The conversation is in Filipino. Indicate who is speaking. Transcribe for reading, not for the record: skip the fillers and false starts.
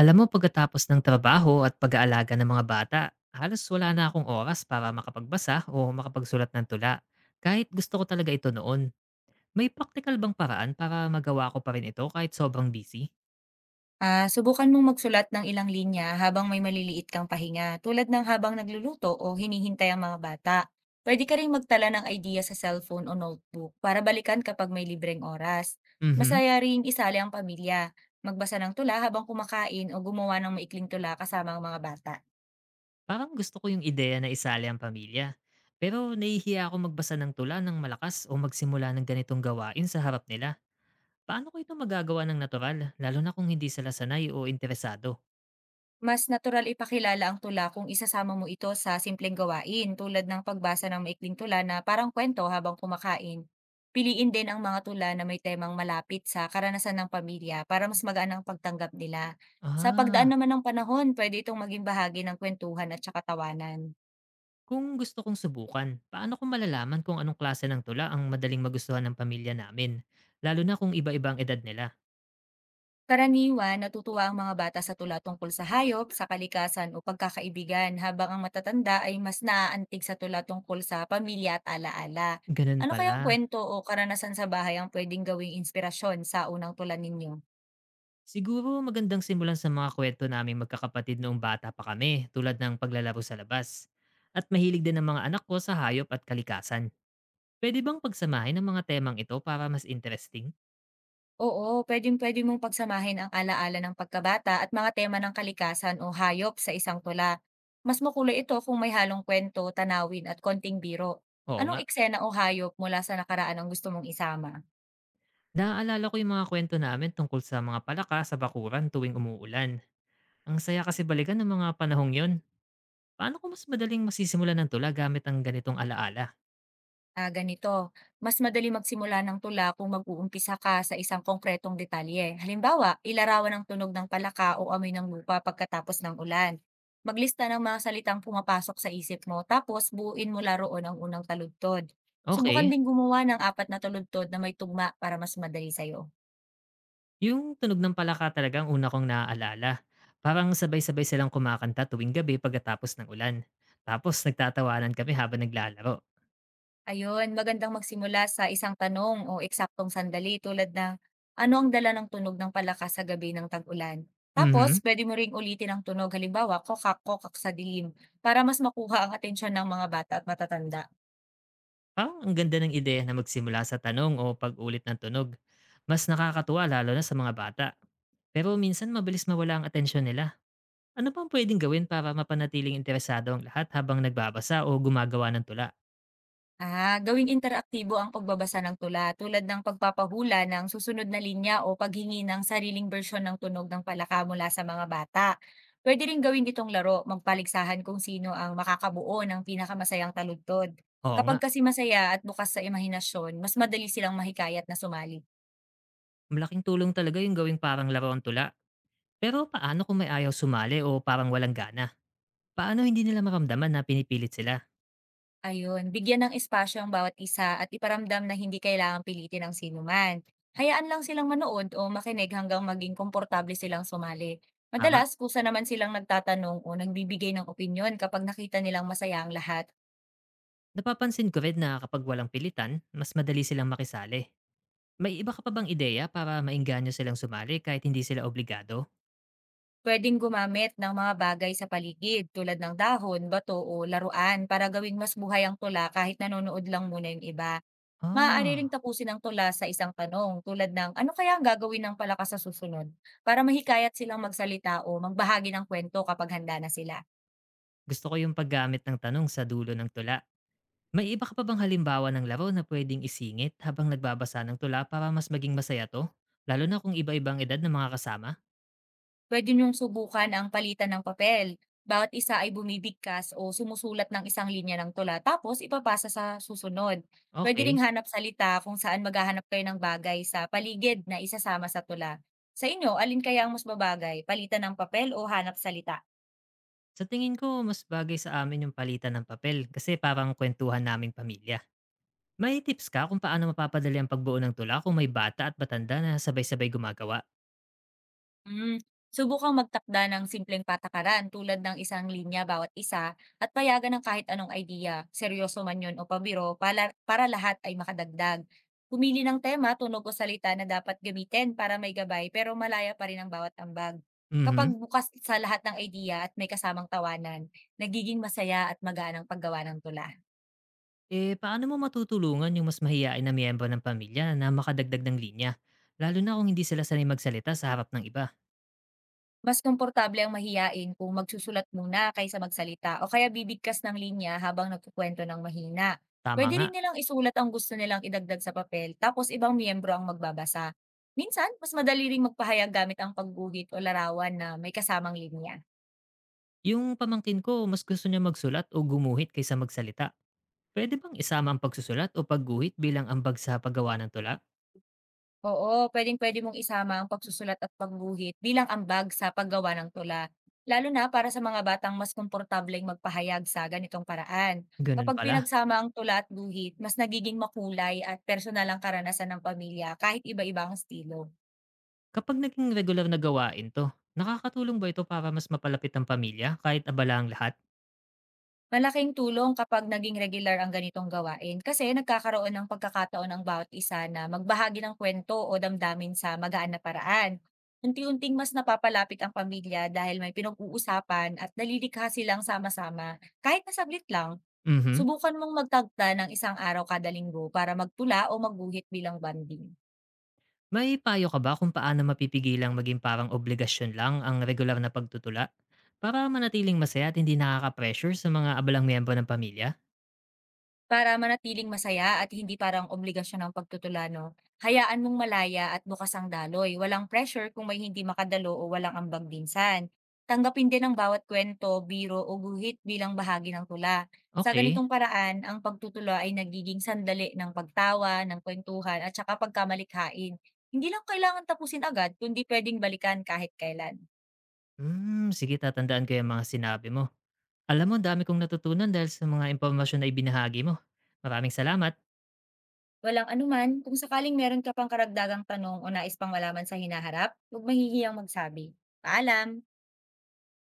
Speaker 1: Alam mo, pagkatapos ng trabaho at pag-aalaga ng mga bata, halos wala na akong oras para makapagbasa o makapagsulat ng tula. Kahit gusto ko talaga ito noon, may practical bang paraan para magawa ko pa rin ito kahit sobrang busy?
Speaker 2: Subukan mong magsulat ng ilang linya habang may maliliit kang pahinga, tulad ng habang nagluluto o hinihintay ang mga bata. Pwede ka rin magtala ng idea sa cellphone o notebook para balikan kapag may libreng oras.
Speaker 1: Mhm.
Speaker 2: Masaya rin isali ang pamilya, magbasa ng tula habang kumakain o gumawa ng maikling tula kasama ang mga bata.
Speaker 1: Parang gusto ko yung ideya na isali ang pamilya. Pero nahihiya ako magbasa ng tula ng malakas o magsimula ng ganitong gawain sa harap nila. Paano ko ito magagawa ng natural, lalo na kung hindi sila sanay o interesado?
Speaker 2: Mas natural ipakilala ang tula kung isasama mo ito sa simpleng gawain tulad ng pagbasa ng maikling tula na parang kwento habang kumakain. Piliin din ang mga tula na may temang malapit sa karanasan ng pamilya para mas magaan ang pagtanggap nila. Sa pagdaan
Speaker 1: Ah.
Speaker 2: naman ng panahon, pwede itong maging bahagi ng kwentuhan at saka tawanan.
Speaker 1: Kung gusto kong subukan, paano ko malalaman kung anong klase ng tula ang madaling magustuhan ng pamilya namin? Lalo na kung iba-iba ang edad nila.
Speaker 2: Karaniwan, natutuwa ang mga bata sa tula tungkol sa hayop, sa kalikasan o pagkakaibigan, habang ang matatanda ay mas naaantig sa tula tungkol sa pamilya at alaala.
Speaker 1: Ganun
Speaker 2: Ano kayang
Speaker 1: pala.
Speaker 2: kwento o karanasan sa bahay ang pwedeng gawing inspirasyon sa unang tula ninyo?
Speaker 1: Siguro magandang simulan sa mga kwento naming magkakapatid noong bata pa kami, tulad ng paglalaro sa labas. At mahilig din ang mga anak ko sa hayop at kalikasan. Pwede bang pagsamahin ang mga temang ito para mas interesting?
Speaker 2: Oo, pwedeng pwede mong pagsamahin ang alaala ng pagkabata at mga tema ng kalikasan o hayop sa isang tula. Mas makulay ito kung may halong kwento, tanawin at konting biro.
Speaker 1: Oo
Speaker 2: Anong
Speaker 1: nga.
Speaker 2: eksena o hayop mula sa nakaraan ang gusto mong isama?
Speaker 1: Naaalala ko yung mga kwento namin tungkol sa mga palaka sa bakuran tuwing umuulan. Ang saya kasi balikan ng mga panahong yon. Paano ko mas madaling masisimulan ng tula gamit ang ganitong alaala?
Speaker 2: Ah, ganito. Mas madali magsimula ng tula kung mag-uumpisa ka sa isang konkretong detalye. Halimbawa, ilarawan ang tunog ng palaka o amoy ng lupa pagkatapos ng ulan. Maglista ng mga salitang pumapasok sa isip mo, tapos buuin mula roon ang unang taludtod. Subukan
Speaker 1: Okay,
Speaker 2: din gumawa ng apat na taludtod na may tugma para mas madali sa'yo.
Speaker 1: yung tunog ng palaka talaga ang una kong naaalala. Parang sabay-sabay silang kumakanta tuwing gabi pagkatapos ng ulan. Tapos nagtatawanan kami habang naglalaro.
Speaker 2: Ayun, magandang magsimula sa isang tanong o eksaktong sandali tulad ng ano ang dala ng tunog ng palakas sa gabi ng tag-ulan. Tapos,
Speaker 1: Mhm,
Speaker 2: pwede mo ring ulitin ang tunog, halimbawa, kokak-kokak sa dilim, para mas makuha ang atensyon ng mga bata at matatanda.
Speaker 1: parang ang ganda ng ideya na magsimula sa tanong o pag-ulit ng tunog. Mas nakakatuwa lalo na sa mga bata. Pero minsan mabilis mawala ang atensyon nila. Ano pang pwedeng gawin para mapanatiling interesado ang lahat habang nagbabasa o gumagawa ng tula?
Speaker 2: Gawing interaktibo ang pagbabasa ng tula tulad ng pagpapahula ng susunod na linya o paghingi ng sariling bersyon ng tunog ng palaka mula sa mga bata. Pwede rin gawin itong laro, magpaligsahan kung sino ang makakabuo ng pinakamasayang taludtod.
Speaker 1: Oo nga.
Speaker 2: Kapag kasi masaya at bukas sa imahinasyon, mas madali silang mahikayat na sumali.
Speaker 1: Malaking tulong talaga yung gawing parang laruan tula. Pero paano kung may ayaw sumali o parang walang gana? Paano hindi nila maramdaman na pinipilit sila?
Speaker 2: Ayun, bigyan ng espasyo ang bawat isa at iparamdam na hindi kailangang pilitin ang sinuman. Hayaan lang silang manood o makinig hanggang maging komportable silang sumali.
Speaker 1: Tama.
Speaker 2: Madalas, kusa naman silang nagtatanong o nagbibigay ng opinyon kapag nakita nilang masaya ang lahat.
Speaker 1: Napapansin ko rin na kapag walang pilitan, mas madali silang makisali. May iba ka pa bang ideya para mainganyo silang sumali kahit hindi sila obligado?
Speaker 2: Pwedeng gumamit ng mga bagay sa paligid tulad ng dahon, bato o laruan para gawing mas buhay ang tula kahit nanonood lang muna yung iba. Maaari ring
Speaker 1: Ah,
Speaker 2: tapusin ang tula sa isang tanong tulad ng ano kaya ang gagawin ng palakas sa susunod para mahikayat silang magsalita o magbahagi ng kwento kapag handa na sila.
Speaker 1: gusto ko yung paggamit ng tanong sa dulo ng tula. May iba ka pa bang halimbawa ng laro na pwedeng isingit habang nagbabasa ng tula para mas maging masaya to? Lalo na kung iba-ibang edad ng mga kasama?
Speaker 2: Pwede niyong subukan ang palitan ng papel. Bawat isa ay bumibigkas o sumusulat ng isang linya ng tula tapos ipapasa sa susunod. Pwede ring
Speaker 1: Okay.
Speaker 2: hanap salita kung saan maghahanap kayo ng bagay sa paligid na isasama sa tula. Sa inyo, alin kaya ang mas babagay? Palitan ng papel o hanap salita?
Speaker 1: Sa tingin ko, mas bagay sa amin yung palitan ng papel kasi parang kwentuhan naming pamilya. May tips ka kung paano mapapadali ang pagbuo ng tula kung may bata at matanda na sabay-sabay gumagawa?
Speaker 2: Hmm, subukang magtakda ng simpleng patakaran tulad ng isang linya bawat isa at payagan ng kahit anong idea, seryoso man yun o pabiro, para lahat ay makadagdag. Pumili ng tema, tunog o salita na dapat gamitin para may gabay pero malaya pa rin ang bawat ambag. Kapag
Speaker 1: Mhm.
Speaker 2: bukas sa lahat ng idea at may kasamang tawanan, nagiging masaya at magaan ang paggawa ng tula.
Speaker 1: Eh, paano mo matutulungan yung mas mahiyain na miyembro ng pamilya na makadagdag ng linya? Lalo na kung hindi sila sanay magsalita sa harap ng iba.
Speaker 2: Mas komportable ang mahiyain kung magsusulat muna kaysa magsalita o kaya bibigkas ng linya habang nagkukwento ng mahina.
Speaker 1: Tama
Speaker 2: Pwede
Speaker 1: nga.
Speaker 2: rin nilang isulat ang gusto nilang idagdag sa papel tapos ibang miyembro ang magbabasa. Minsan, mas madali ring magpahayag gamit ang pagguhit o larawan na may kasamang linya.
Speaker 1: Yung pamangkin ko, mas gusto niya magsulat o gumuhit kaysa magsalita. Pwede bang isama ang pagsusulat o pagguhit bilang ambag sa paggawa ng tula?
Speaker 2: Oo, puwedeng-puwede mong isama ang pagsusulat at pagguhit bilang ambag sa paggawa ng tula, lalo na para sa mga batang mas komportableng magpahayag sa ganitong paraan.
Speaker 1: Ganun
Speaker 2: Kapag
Speaker 1: pala.
Speaker 2: pinagsama ang tula at guhit, mas nagiging makulay at personal ang karanasan ng pamilya kahit iba-iba ang estilo.
Speaker 1: Kapag naging regular na gawain 'to, nakakatulong ba ito para mas mapalapit ang pamilya kahit abala ang lahat?
Speaker 2: Malaking tulong kapag naging regular ang ganitong gawain kasi nagkakaroon ng pagkakataon ang bawat isa na magbahagi ng kwento o damdamin sa magaan na paraan. Unti-unting mas napapalapit ang pamilya dahil may pinag-uusapan at nalilikha silang sama-sama. Kahit na sablit lang,
Speaker 1: Mhm.
Speaker 2: subukan mong magtagda ng isang araw kada linggo para magtula o magguhit bilang banding.
Speaker 1: May payo ka ba kung paano mapipigilang maging parang obligasyon lang ang regular na pagtutula? Para manatiling masaya at hindi nakaka-pressure sa mga abalang miyembro ng pamilya?
Speaker 2: Para manatiling masaya at hindi parang obligasyon ng pagtutulano hayaan mong malaya at bukas ang daloy, walang pressure kung may hindi makadalo o walang ambag minsan. Tanggapin din ang bawat kwento, biro o guhit bilang bahagi ng tula. Sa
Speaker 1: Okay.
Speaker 2: ganitong paraan, ang pagtutula ay nagiging sandali ng pagtawa, ng kwentuhan at saka pagkamalikhain. Hindi lang kailangan tapusin agad kundi pwedeng balikan kahit kailan.
Speaker 1: Hmm, sige, tatandaan ko yung mga sinabi mo. Alam mo, dami kong natutunan dahil sa mga impormasyon na ibinahagi mo. Maraming salamat.
Speaker 2: Walang anuman, kung sakaling meron ka pang karagdagang tanong o nais pang malaman sa hinaharap, huwag mahihiyang magsabi. Paalam!